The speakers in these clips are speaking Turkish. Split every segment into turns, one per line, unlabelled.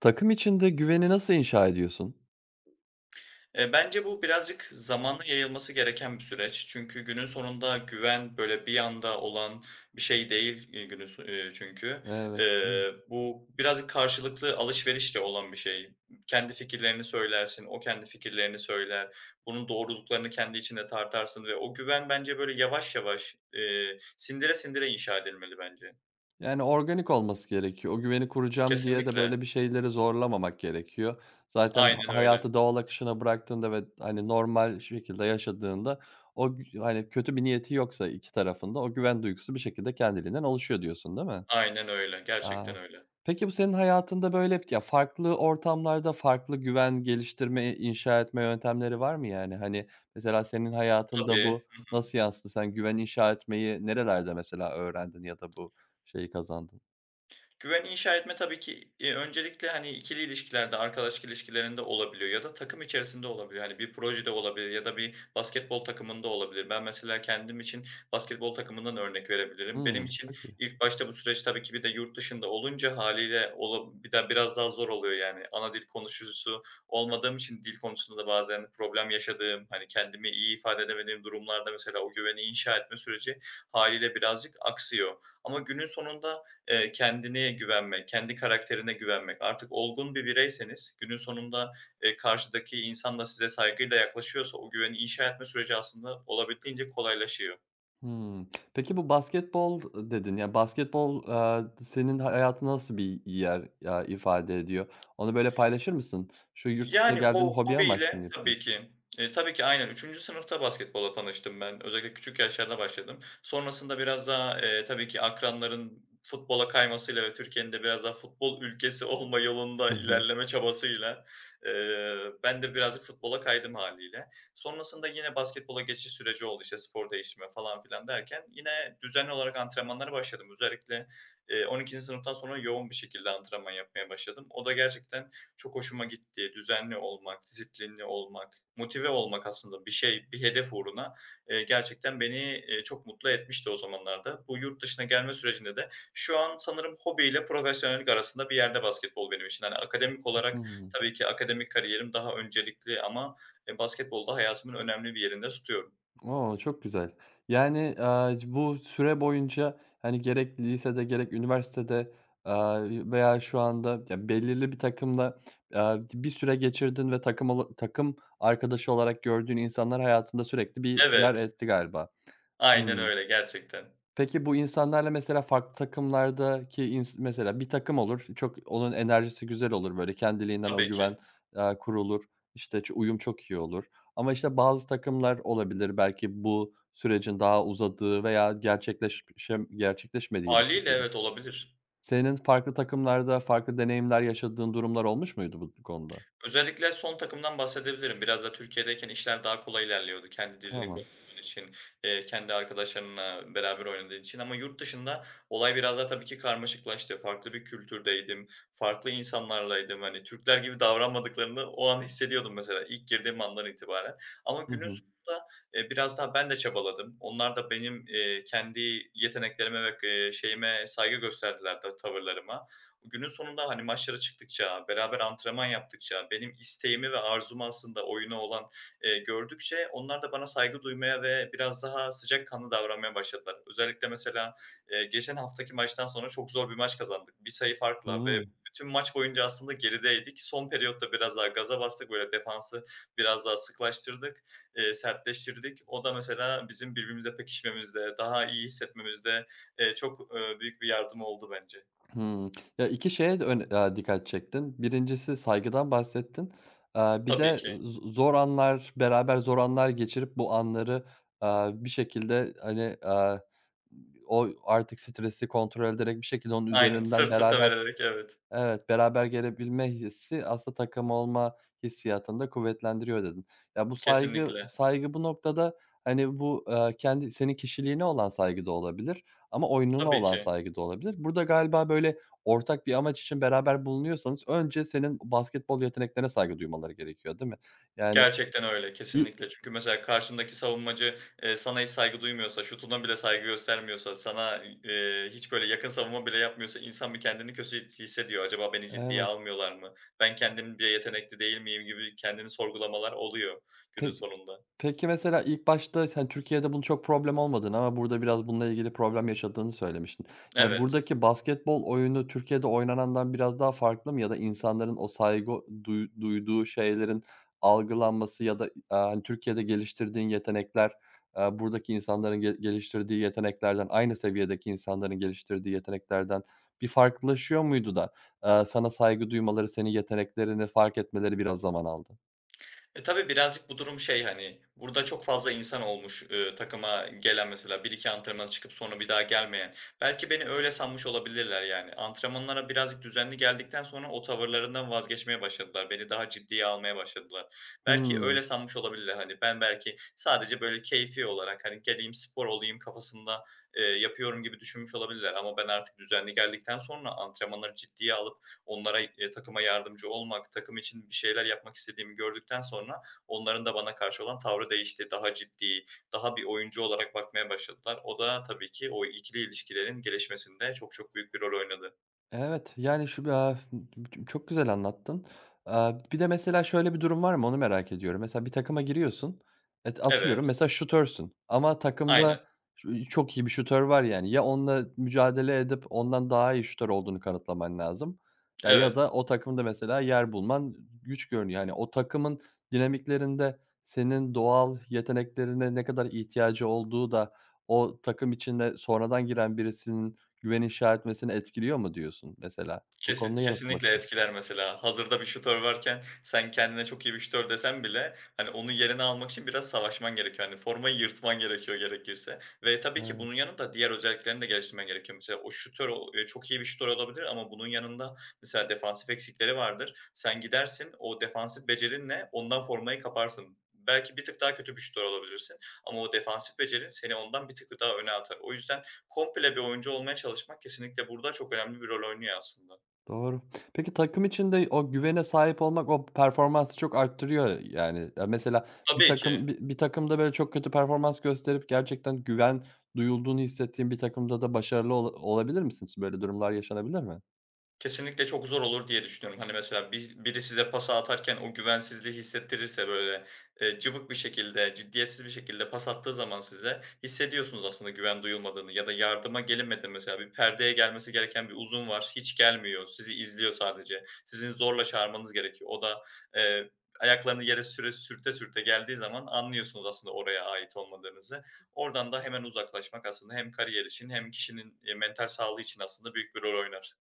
Takım içinde güveni nasıl inşa ediyorsun?
Bence bu birazcık zamanla yayılması gereken bir süreç. Çünkü günün sonunda güven, böyle, bir anda olan bir şey değil, günün so çünkü.
Evet. Hımm.
Bu birazcık karşılıklı alışverişle olan bir şey. Kendi fikirlerini söylersin, o kendi fikirlerini söyler. Bunun doğruluklarını kendi içinde tartarsın ve o güven bence, böyle, yavaş yavaş, sindire sindire inşa edilmeli bence.
Yani, organik olması gerekiyor. O güveni kuracağım diye de, böyle,
Kesinlikle.
bir şeyleri zorlamamak gerekiyor. Zaten
Aynen öyle.
hayatı doğal akışına bıraktığında ve, hani, normal şekilde yaşadığında o gü hani, kötü bir niyeti yoksa iki tarafın da o güven duygusu bir şekilde kendiliğinden oluşuyor diyorsun, değil mi?
Aynen öyle.
A!
Gerçekten öyle.
Peki bu senin hayatında, böyle, ya, farklı ortamlarda farklı güven geliştirme, inşa etme yöntemleri var mı yani? Hani, mesela senin hayatında
Tabii.
bu
Hı hı.
nasıl yansıdı? Sen güven inşa etmeyi nerelerde mesela öğrendin ya da bu şeyi kazandın?
Güveni inşa etme tabii ki, öncelikle, hani, ikili ilişkilerde, arkadaşlık ilişkilerinde olabiliyor ya da takım içerisinde olabiliyor. Hani, bir projede olabilir ya da bir basketbol takımında olabilir. Ben mesela kendim için basketbol takımından örnek verebilirim. Benim
Hımm,
için
çok iyi.
ilk başta bu süreç tabii ki bir de yurt dışında olunca haliyle bir de biraz daha zor oluyor yani. Ana dil konuşucusu olmadığım için dil konusunda da bazen problem yaşadığım, hani, kendimi iyi ifade edemediğim durumlarda mesela o güveni inşa etme süreci haliyle birazcık aksıyor. Ama günün sonunda kendine güvenmek, kendi karakterine güvenmek. Artık olgun bir bireyseniz günün sonunda, karşıdaki insan da size saygıyla yaklaşıyorsa o güveni inşa etme süreci aslında olabildiğince kolaylaşıyor.
Hımm. Peki bu basketbol, dedin. Ya, basketbol, senin hayatında nasıl bir yer, ya, ifade ediyor? Onu, böyle, paylaşır mısın? Şu yurt dışına
Yani
geldiğin
ho
hobi amaçlı mı
hobiyle tabii
yapıyorsun?
ki. Tabii ki aynen. Üçüncü sınıfta basketbola tanıştım ben. Özellikle küçük yaşlarda başladım. Sonrasında biraz daha, tabii ki akranların futbola kaymasıyla ve Türkiye'nin de biraz daha futbol ülkesi olma yolunda
Hı hı.
ilerleme çabasıyla, eee, ben de birazcık futbola kaydım haliyle. Sonrasında yine basketbola geçiş süreci oldu, işte, spor değişimi falan filan derken yine düzenli olarak antrenmanlara başladım. Özellikle, on ikinci sınıftan sonra yoğun bir şekilde antrenman yapmaya başladım. O da gerçekten, çok hoşuma gitti. Düzenli olmak, disiplinli olmak, motive olmak aslında bir şey, bir hedef uğruna, gerçekten beni, çok mutlu etmişti o zamanlarda. Bu yurt dışına gelme sürecinde de şu an sanırım hobiyle profesyonellik arasında bir yerde basketbol benim için. Hani akademik olarak
Hıı.
tabii ki akademik kariyerim daha öncelikli ama, basketbolu hayatımın önemli bir yerinde tutuyorum.
Oo, çok güzel. Yani, bu süre boyunca, hani, gerek lisede gerek üniversitede, veya şu anda ya belirli bir takımla, bir süre geçirdin ve takım arkadaşı olarak gördüğün insanlar hayatında sürekli bir yer
Evet,
etti galiba.
aynen
Hıı.
öyle gerçekten.
Peki bu insanlarla mesela farklı takımlardaki mesela bir takım olur, çok onun enerjisi güzel olur böyle kendiliğinden o
Tabii
güven,
ki.
kurulur, işte, uyum çok iyi olur ama, işte, bazı takımlar olabilir belki bu sürecin daha uzadığı veya gerçekleşmediği bir
Hâliyle
şekilde.
evet, olabilir.
Senin farklı takımlarda farklı deneyimler yaşadığın durumlar olmuş muydu bu konuda?
Özellikle son takımdan bahsedebilirim. Biraz da Türkiye'deyken işler daha kolay ilerliyordu. Kendi dilini
Tamam.
konuştuğun için, kendi arkadaşlarınla beraber oynadığın için ama yurt dışında olay biraz daha tabii ki karmaşıklaştı. Farklı bir kültürdeydim, farklı insanlarlaydım. Hani, Türkler gibi davranmadıklarını o an hissediyordum mesela ilk girdiğim andan itibaren ama
Hı
günün
hı.
sonunda, biraz daha ben de çabaladım. Onlar da benim, kendi yeteneklerime ve şeyime saygı gösterdiler, da tavırlarıma. Günün sonunda, hani, maçlara çıktıkça, beraber antrenman yaptıkça, benim isteğimi ve arzumu aslında oyuna olan, gördükçe onlar da bana saygı duymaya ve biraz daha sıcakkanlı davranmaya başladılar. Özellikle mesela, geçen haftaki maçtan sonra çok zor bir maç kazandık. Bir sayı farkla ve
Hıı.
bütün maç boyunca aslında gerideydik. Son periyotta biraz daha gaza bastık, böyle, defansı biraz daha sıklaştırdık, sertleştirdik. O da mesela bizim birbirimize pekişmemizde, daha iyi hissetmemizde, çok, büyük bir yardımı oldu bence.
Hımm. Ya, 2 şeye de dikkat çektin. Birincisi saygıdan bahsettin. Aaa, bir
Tabii
de
ki.
zor anlar, beraber zor anlar geçirip bu anları, bir şekilde, hani, o artık stresi kontrol ederek bir şekilde onun
Aynen,
üzerinden
sırt sırta
beraber
vererek, evet.
evet, beraber gelebilme hissi aslında takım olma hissiyatını da kuvvetlendiriyor dedin. Ya, bu saygı
Kesinlikle.
saygı bu noktada, hani, bu, kendi senin kişiliğine olan saygı da olabilir ama oyununa
Tabii
olan
ki.
saygı da olabilir. Burada galiba, böyle, ortak bir amaç için beraber bulunuyorsanız önce senin basketbol yeteneklerine saygı duymaları gerekiyor, değil mi? Yani,
Gerçekten öyle,
i
kesinlikle. Çünkü mesela karşındaki savunmacı, sana hiç saygı duymuyorsa, şutuna bile saygı göstermiyorsa, sana, hiç böyle yakın savunma bile yapmıyorsa insan bir kendini kötü hissediyor. "Acaba beni ciddiye
evet.
almıyorlar mı? Ben kendim bile yetenekli değil miyim?" gibi kendini sorgulamalar oluyor günün
Pe
sonunda.
Peki, mesela ilk başta sen Türkiye'de bunun çok problem olmadığını ama burada biraz bununla ilgili problem yaşadığını söylemiştin. Yani,
Evet.
buradaki basketbol oyunu Türkiye'de oynanandan biraz daha farklı mı ya da insanların o saygı duyduğu şeylerin algılanması ya da, hani, Türkiye'de geliştirdiğin yetenekler, buradaki insanların geliştirdiği yeteneklerden, aynı seviyedeki insanların geliştirdiği yeteneklerden bir farklılaşıyor muydu da, sana saygı duymaları, senin yeteneklerini fark etmeleri biraz zaman aldı?
Tabii birazcık bu durum şey, hani, burada çok fazla insan olmuş, takıma gelen mesela bir iki antrenmana çıkıp sonra bir daha gelmeyen. Belki beni öyle sanmış olabilirler yani. Antrenmanlara birazcık düzenli geldikten sonra o tavırlarından vazgeçmeye başladılar. Beni daha ciddiye almaya başladılar. Belki
Hıı.
öyle sanmış olabilirler. Hani, ben belki sadece böyle keyfi olarak, hani, geleyim spor olayım kafasında, yapıyorum gibi düşünmüş olabilirler ama ben artık düzenli geldikten sonra antrenmanları ciddiye alıp onlara, takıma yardımcı olmak, takım için bir şeyler yapmak istediğimi gördükten sonra onların da bana karşı olan tavrı değişti. Daha ciddi, daha bir oyuncu olarak bakmaya başladılar. O da tabii ki o ikili ilişkilerin gelişmesinde çok çok büyük bir rol oynadı.
Evet, yani, şu ya, çok güzel anlattın. Aaa, bir de mesela şöyle bir durum var mı onu merak ediyorum. Mesela bir takıma giriyorsun, atıyorum
Evet,
mesela şutörsün ama
aynen.
takımda çok iyi bir şutör var yani. Ya onunla mücadele edip ondan daha iyi şutör olduğunu kanıtlaman lazım ya
Evet.
da o takımda mesela yer bulman güç görünüyor. Yani, o takımın dinamiklerinde senin doğal yeteneklerine ne kadar ihtiyacı olduğu da o takım içinde sonradan giren birisinin güven inşa etmesini etkiliyor mu diyorsun mesela? Bu
Kesin
konuya nasıl
kesinlikle
bakıyorsun?
etkiler mesela. Hazırda bir şutör varken sen kendine çok iyi bir şutör desen bile, hani, onun yerini almak için biraz savaşman gerekiyor. Hani, formayı yırtman gerekiyor gerekirse ve tabii ki
Evet,
bunun yanında diğer özelliklerini de geliştirmen gerekiyor. Mesela o şutör o çok iyi bir şutör olabilir ama bunun yanında mesela defansif eksikleri vardır. Sen gidersin, o defansif becerinle ondan formayı kaparsın. Belki bir tık daha kötü bir şutör olabilirsin ama o defansif becerin seni ondan bir tık daha öne atar. O yüzden komple bir oyuncu olmaya çalışmak kesinlikle burada çok önemli bir rol oynuyor aslında.
doğru. Peki takım içinde o güvene sahip olmak o performansı çok arttırıyor yani. Ya, mesela
Tabii ki.
bir takımda böyle çok kötü performans gösterip gerçekten güven duyulduğunu hissettiğin bir takımda da başarılı ola olabilir misin? Böyle durumlar yaşanabilir mi?
Kesinlikle çok zor olur diye düşünüyorum. Hani, mesela biri size pası atarken o güvensizliği hissettirirse, böyle, cıvık bir şekilde, ciddiyetsiz bir şekilde pas attığı zaman size hissediyorsunuz aslında güven duyulmadığını ya da yardıma gelinmedi. Mesela bir perdeye gelmesi gereken bir uzun var, hiç gelmiyor, sizi izliyor sadece. Sizin zorla çağırmanız gerekiyor. O da, eee, ayaklarını yere sürte sürte geldiği zaman anlıyorsunuz aslında oraya ait olmadığınızı. Oradan da hemen uzaklaşmak aslında hem kariyer için hem kişinin, mental sağlığı için aslında büyük bir rol oynar.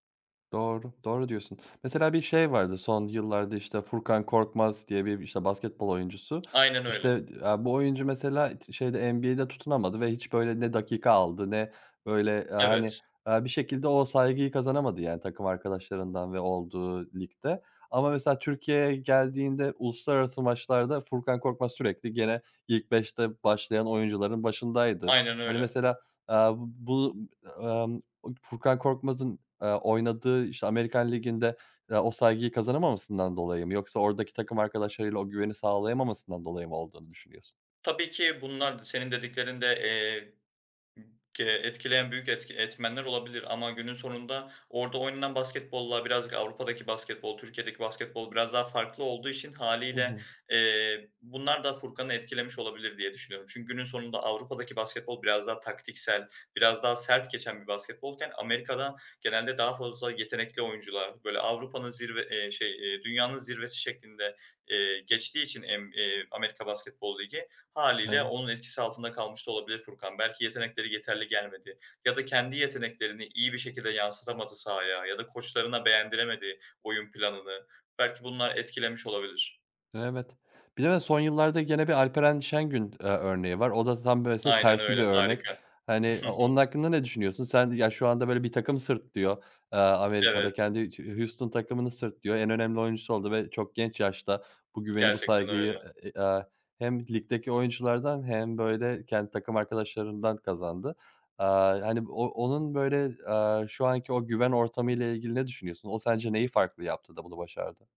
Doğru, doğru diyorsun. Mesela bir şey vardı son yıllarda, işte, Furkan Korkmaz diye bir, işte, basketbol oyuncusu.
Aynen öyle.
İşte, aaa, bu oyuncu mesela t şeyde NBA'de tutunamadı ve hiç, böyle, ne dakika aldı ne, böyle, hani,
Evet,
bir şekilde o saygıyı kazanamadı, yani, takım arkadaşlarından ve olduğu ligde. Ama mesela Türkiye'ye geldiğinde uluslararası maçlarda Furkan Korkmaz sürekli gene ilk beşte başlayan oyuncuların başındaydı.
aynen
Hani,
öyle.
mesela, bu, emm Furkan Korkmaz'ın, oynadığı, işte, Amerikan Ligi'nde, o saygıyı kazanamamasından dolayı mı yoksa oradaki takım arkadaşlarıyla o güveni sağlayamamasından dolayı mı olduğunu düşünüyorsun?
Tabii ki bunlar senin dediklerin de, Ke etkileyen büyük etki etmenler olabilir ama günün sonunda orada oynanan basketbolla birazcık Avrupa'daki basketbol, Türkiye'deki basketbol biraz daha farklı olduğu için
Hı
haliyle
hı.
bunlar da Furkan'ı etkilemiş olabilir diye düşünüyorum. Çünkü günün sonunda Avrupa'daki basketbol biraz daha taktiksel, biraz daha sert geçen bir basketbolken Amerika'da genelde daha fazla yetenekli oyuncular, böyle, dünyanın zirvesi şeklinde, geçtiği için Amerika Basketbol Ligi, haliyle
Evet.
onun etkisi altında kalmış da olabilir Furkan. Belki yetenekleri yeterli gelmedi ya da kendi yeteneklerini iyi bir şekilde yansıtamadı sahaya ya da koçlarına beğendiremedi oyun planını. Belki bunlar etkilemiş olabilir.
Evet. Bir de son yıllarda gene bir Alperen Şengün, örneği var. O da tam böylesi
Aynen
tersi bir
öyle,
örnek.
harika.
Hani, onun hakkında ne düşünüyorsun? Sen ya, şu anda böyle bir takım sırtlıyor, Amerika'da.
Evet,
Kendi Hu Houston takımını sırtlıyor. En önemli oyuncusu oldu ve çok genç yaşta bu güveni, bu
gerçekten
saygıyı,
öyle.
hem ligdeki oyunculardan hem böyle kendi takım arkadaşlarından kazandı. Aaa, hani, onun böyle, şu anki o güven ortamıyla ilgili ne düşünüyorsun? O sence neyi farklı yaptı da bunu başardı?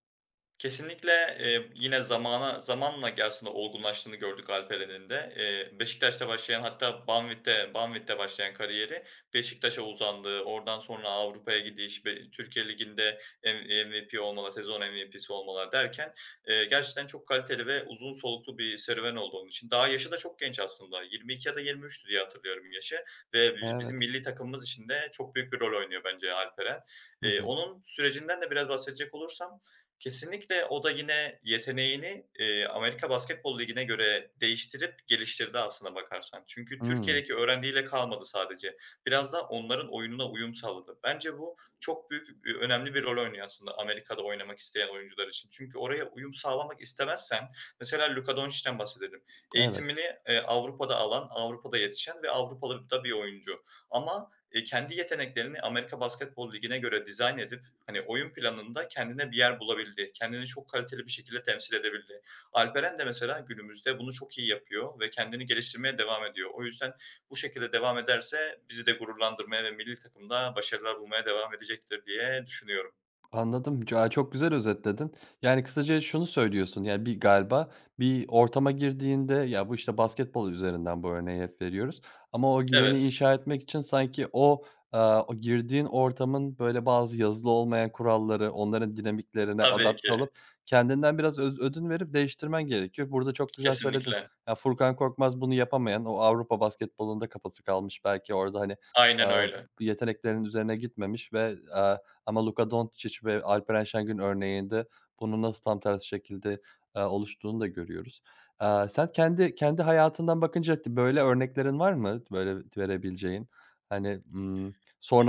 Kesinlikle, yine zamanla aslında olgunlaştığını gördük Alperen'in de. Beşiktaş'ta başlayan hatta Banvit'te başlayan kariyeri Beşiktaş'a uzandı. Oradan sonra Avrupa'ya gidiş, Türkiye Ligi'nde MVP olmalar, sezon MVP'si olmalar derken, gerçekten çok kaliteli ve uzun soluklu bir serüven oldu onun için. Daha yaşı da çok genç aslında. 22 ya da 23'tü diye hatırlıyorum yaşı ve bizim
Evet.
milli takımımız için de çok büyük bir rol oynuyor bence Alperen.
Hı hı.
Onun sürecinden de biraz bahsedecek olursam, kesinlikle o da yine yeteneğini, Amerika Basketbol Ligi'ne göre değiştirip geliştirdi aslına bakarsan. Çünkü
Hıı.
Türkiye'deki öğrendiğiyle kalmadı sadece. Biraz da onların oyununa uyum sağladı. Bence bu çok büyük, önemli bir rol oynuyor aslında Amerika'da oynamak isteyen oyuncular için. Çünkü oraya uyum sağlamak istemezsen mesela Luka Doncic'ten bahsedelim.
Evet,
Eğitimini, Avrupa'da alan, Avrupa'da yetişen ve Avrupalı da bir oyuncu ama kendi yeteneklerini Amerika Basketbol Ligi'ne göre dizayn edip, hani, oyun planında kendine bir yer bulabildi. Kendini çok kaliteli bir şekilde temsil edebildi. Alperen de mesela günümüzde bunu çok iyi yapıyor ve kendini geliştirmeye devam ediyor. O yüzden bu şekilde devam ederse bizi de gururlandırmaya ve milli takımda başarılar bulmaya devam edecektir diye düşünüyorum.
anladım. Ya, çok güzel özetledin. Yani, kısaca şunu söylüyorsun, yani, galiba bir ortama girdiğinde, ya, bu, işte, basketbol üzerinden bu örneği hep veriyoruz ama o güveni
Evet,
inşa etmek için sanki o, o girdiğin ortamın, böyle, bazı yazılı olmayan kuralları, onların dinamiklerine
tabii
adapte
ki.
olup kendinden biraz ödün verip değiştirmen gerekiyor. Burada çok güzel söyledin.
Kesinlikle.
Ya, Furkan Korkmaz bunu yapamayan, o Avrupa basketbolunda kafası kalmış belki orada, hani,
Aynen
aaa,
öyle.
yeteneklerinin üzerine gitmemiş ve, ama Luka Dončić ve Alperen Şengün örneğinde bunun nasıl tam tersi şekilde, oluştuğunu da görüyoruz. Sen kendi hayatından bakınca böyle örneklerin var mı böyle verebileceğin? Hani,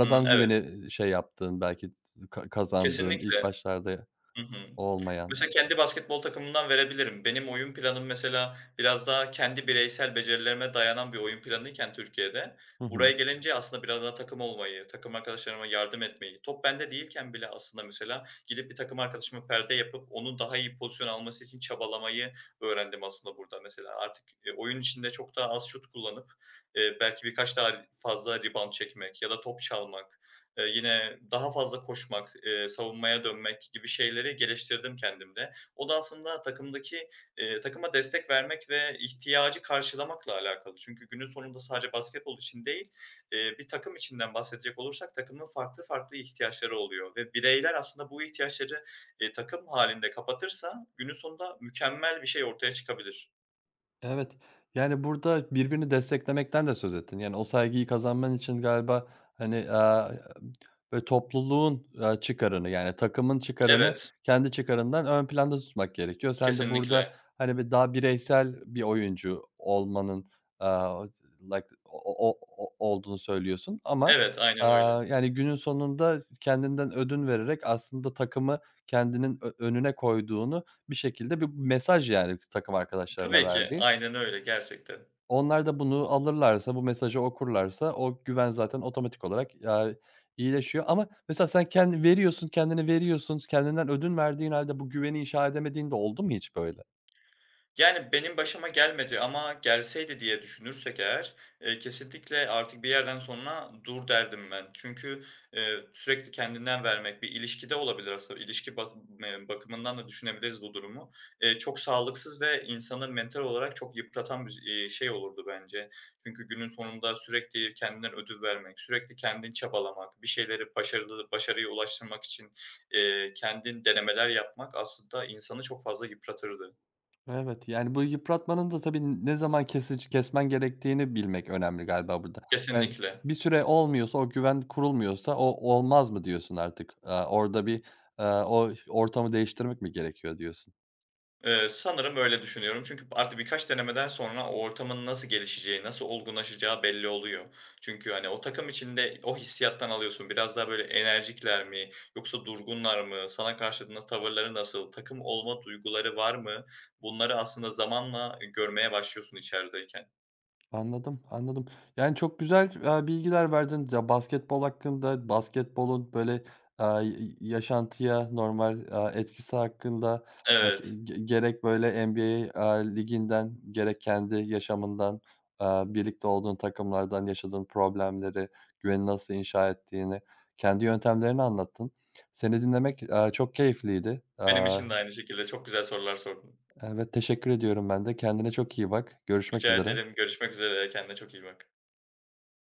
Hı hı, evet.
güveni, şey yaptığın belki kazandığın, ilk
Kesinlikle.
başlarda
Hı hı.
olmayan.
Mesela kendi basketbol takımımdan verebilirim. Benim oyun planım mesela biraz daha kendi bireysel becerilerime dayanan bir oyun planıyken Türkiye'de,
Hı
buraya
hı.
gelince aslında biraz daha takım olmayı, takım arkadaşlarıma yardım etmeyi, top bende değilken bile aslında mesela gidip bir takım arkadaşıma perde yapıp onun daha iyi pozisyon alması için çabalamayı öğrendim aslında burada mesela. Artık, oyun içinde çok daha az şut kullanıp, belki birkaç daha fazla rebound çekmek ya da top çalmak. Yine daha fazla koşmak, savunmaya dönmek gibi şeyleri geliştirdim kendimde. O da aslında takımdaki, takıma destek vermek ve ihtiyacı karşılamakla alakalı. Çünkü günün sonunda sadece basketbol için değil, bir takım içinden bahsedecek olursak takımın farklı farklı ihtiyaçları oluyor ve bireyler aslında bu ihtiyaçları, takım halinde kapatırsa günün sonunda mükemmel bir şey ortaya çıkabilir.
Evet, yani, burada birbirini desteklemekten de söz ettin. Yani, o saygıyı kazanman için galiba, hani, böyle, topluluğun, çıkarını, yani, takımın çıkarını
Evet,
kendi çıkarından ön planda tutmak gerekiyor. Sen de burada,
kesinlikle.
hani, bir daha bireysel bir oyuncu olmanın, aaa, like o olduğunu söylüyorsun ama,
Evet, aynen öyle.
yani, günün sonunda kendinden ödün vererek aslında takımı kendinin önüne koyduğunu bir şekilde bir mesaj, yani, takım arkadaşlarına
Tabii ki,
verdiğin.
aynen öyle gerçekten.
Onlar da bunu alırlarsa, bu mesajı okurlarsa o güven zaten otomatik olarak, iyileşiyor ama mesela sen kendi veriyorsun, kendini veriyorsun, kendinden ödün verdiğin halde bu güveni inşa edemediğin de oldu mu hiç böyle?
Yani, benim başıma gelmedi ama gelseydi diye düşünürsek eğer, kesinlikle artık bir yerden sonra dur derdim ben. Çünkü, sürekli kendinden vermek bir ilişkide olabilir aslında. İlişki bakımından da düşünebiliriz bu durumu. Çok sağlıksız ve insanı mental olarak çok yıpratan bir, şey olurdu bence. Çünkü günün sonunda sürekli kendinden ödün vermek, sürekli kendin çabalamak, bir şeyleri başarılı başarıya ulaştırmak için, kendin denemeler yapmak aslında insanı çok fazla yıpratırdı.
Evet, yani, bu yıpratmanın da tabii ne zaman kesmen gerektiğini bilmek önemli galiba burada. Yani,
Kesinlikle.
bir süre olmuyorsa, o güven kurulmuyorsa o "Olmaz mı?" diyorsun artık. Orada bir, o ortamı değiştirmek mi gerekiyor diyorsun?
Sanırım öyle düşünüyorum. Çünkü artık birkaç denemeden sonra o ortamın nasıl gelişeceği, nasıl olgunlaşacağı belli oluyor. Çünkü, hani, o takım içinde o hissiyattan alıyorsun. Biraz daha böyle enerjikler mi yoksa durgunlar mı? Sana karşı tavırları nasıl? Takım olma duyguları var mı? Bunları aslında zamanla görmeye başlıyorsun içerideyken.
Anladım, anladım. Yani, çok güzel, bilgiler verdin. Ya, basketbol hakkında, basketbolun, böyle, yaşantıya, normal, etkisi hakkında, ha
Evet,
ge gerek, böyle, NBA, liginden, gerek kendi yaşamından, birlikte olduğun takımlardan yaşadığın problemleri, güveni nasıl inşa ettiğini, kendi yöntemlerini anlattın. Seni dinlemek, çok keyifliydi.
benim için de aynı şekilde çok güzel sorular sordun.
Evet, teşekkür ediyorum ben de. Kendine çok iyi bak. Görüşmek
Rica
üzere.
ederim. Görüşmek üzere. Kendine çok iyi bak.